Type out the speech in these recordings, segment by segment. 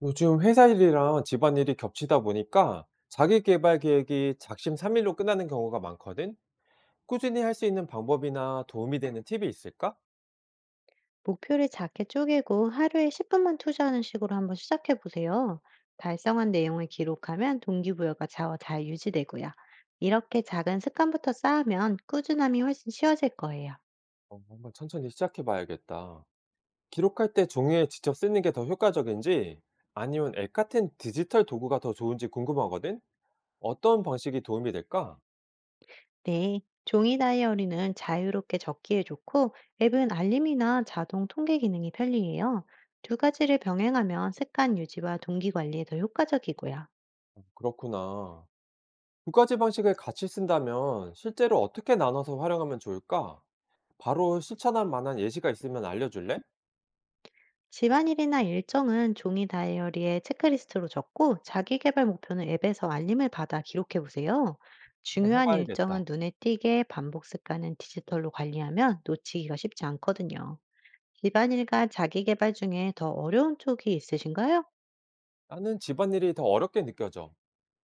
요즘 회사 일이랑 집안 일이 겹치다 보니까 자기 개발 계획이 작심삼일로 끝나는 경우가 많거든? 꾸준히 할 수 있는 방법이나 도움이 되는 팁이 있을까? 목표를 작게 쪼개고 하루에 10분 분만 투자하는 식으로 한번 시작해 보세요. 달성한 내용을 기록하면 동기부여가 좌우 잘 유지되고요. 이렇게 작은 습관부터 쌓으면 꾸준함이 훨씬 쉬워질 거예요. 한번 천천히 시작해 봐야겠다. 기록할 때 종이에 직접 쓰는 게 더 효과적인지 아니면 앱 같은 디지털 도구가 더 좋은지 궁금하거든? 어떤 방식이 도움이 될까? 네. 종이 다이어리는 자유롭게 적기에 좋고 앱은 알림이나 자동 통계 기능이 편리해요. 두 가지를 병행하면 습관 유지와 동기 관리에 더 효과적이고요. 그렇구나. 두 가지 방식을 같이 쓴다면 실제로 어떻게 나눠서 활용하면 좋을까? 바로 실천할 만한 예시가 있으면 알려줄래? 집안일이나 일정은 종이 다이어리에 체크리스트로 적고 자기 개발 목표는 앱에서 알림을 받아 기록해 보세요. 한번 중요한 해봐야겠다. 일정은 눈에 띄게 반복 습관은 디지털로 관리하면 놓치기가 쉽지 않거든요. 집안일과 자기 개발 중에 더 어려운 쪽이 있으신가요? 나는 집안일이 더 어렵게 느껴져.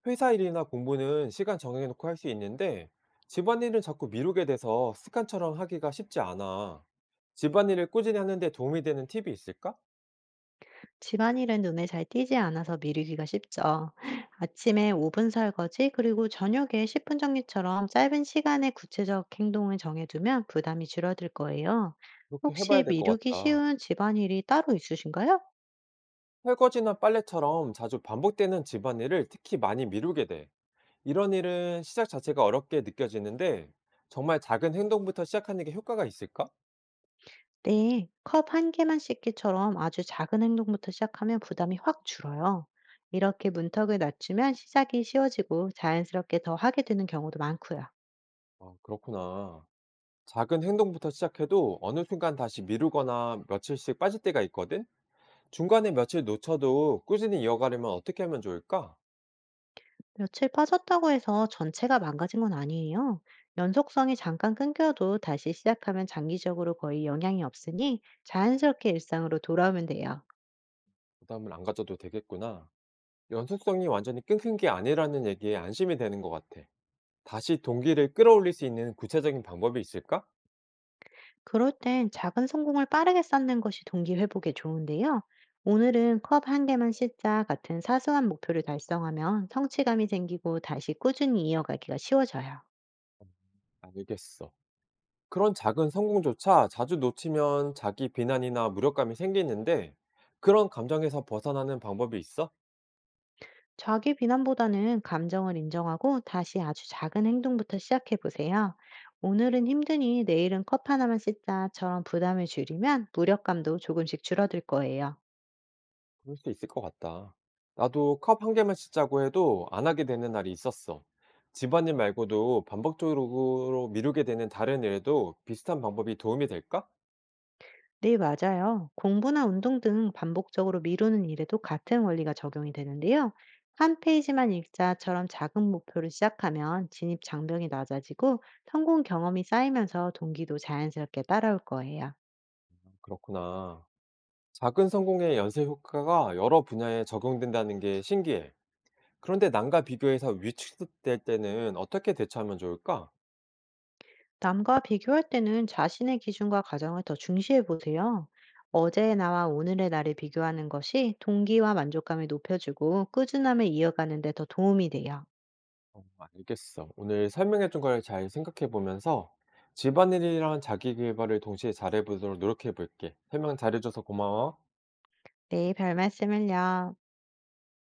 회사 일이나 공부는 시간 정해놓고 할 수 있는데, 집안일은 자꾸 미루게 돼서 습관처럼 하기가 쉽지 않아. 집안일을 꾸준히 하는데 도움이 되는 팁이 있을까? 집안일은 눈에 잘 띄지 않아서 미루기가 쉽죠. 아침에 5분 설거지, 그리고 저녁에 10분 정리처럼 짧은 시간에 구체적 행동을 정해두면 부담이 줄어들 거예요. 이렇게 해봐야 혹시 될 것 미루기 같다. 쉬운 집안일이 따로 있으신가요? 설거지나 빨래처럼 자주 반복되는 집안일을 특히 많이 미루게 돼. 이런 일은 시작 자체가 어렵게 느껴지는데, 정말 작은 행동부터 시작하는 게 효과가 있을까? 네, 컵 한 개만 씻기처럼 아주 작은 행동부터 시작하면 부담이 확 줄어요. 이렇게 문턱을 낮추면 시작이 쉬워지고 자연스럽게 더 하게 되는 경우도 많고요. 그렇구나. 작은 행동부터 시작해도 어느 순간 다시 미루거나 며칠씩 빠질 때가 있거든? 중간에 며칠 놓쳐도 꾸준히 이어가려면 어떻게 하면 좋을까? 며칠 빠졌다고 해서 전체가 망가진 건 아니에요. 연속성이 잠깐 끊겨도 다시 시작하면 장기적으로 거의 영향이 없으니 자연스럽게 일상으로 돌아오면 돼요. 부담을 안 가져도 되겠구나. 연속성이 완전히 끊긴 게 아니라는 얘기에 안심이 되는 것 같아. 다시 동기를 끌어올릴 수 있는 구체적인 방법이 있을까? 그럴 땐 작은 성공을 빠르게 쌓는 것이 동기 회복에 좋은데요. 오늘은 컵 한 개만 씻자 같은 사소한 목표를 달성하면 성취감이 생기고 다시 꾸준히 이어가기가 쉬워져요. 알겠어. 그런 작은 성공조차 자주 놓치면 자기 비난이나 무력감이 생기는데 그런 감정에서 벗어나는 방법이 있어? 자기 비난보다는 감정을 인정하고 다시 아주 작은 행동부터 시작해 보세요. 오늘은 힘드니 내일은 컵 하나만 씻자처럼 부담을 줄이면 무력감도 조금씩 줄어들 거예요. 그럴 수 있을 것 같다. 나도 컵 한 개만 씻자고 해도 안 하게 되는 날이 있었어. 집안일 말고도 반복적으로 미루게 되는 다른 일에도 비슷한 방법이 도움이 될까? 네, 맞아요. 공부나 운동 등 반복적으로 미루는 일에도 같은 원리가 적용이 되는데요. 한 페이지만 읽자처럼 작은 목표를 시작하면 진입 장벽이 낮아지고 성공 경험이 쌓이면서 동기도 자연스럽게 따라올 거예요. 그렇구나. 작은 성공의 연쇄 효과가 여러 분야에 적용된다는 게 신기해. 그런데 남과 비교해서 위축될 때는 어떻게 대처하면 좋을까? 남과 비교할 때는 자신의 기준과 가정을 더 중시해 보세요. 어제의 나와 오늘의 나를 비교하는 것이 동기와 만족감을 높여주고 꾸준함을 이어가는 데 더 도움이 돼요. 알겠어. 오늘 설명해준 걸 잘 생각해 보면서 집안일이랑 자기 계발을 동시에 잘해보도록 노력해 볼게. 설명 잘해줘서 고마워. 네, 별 말씀을요.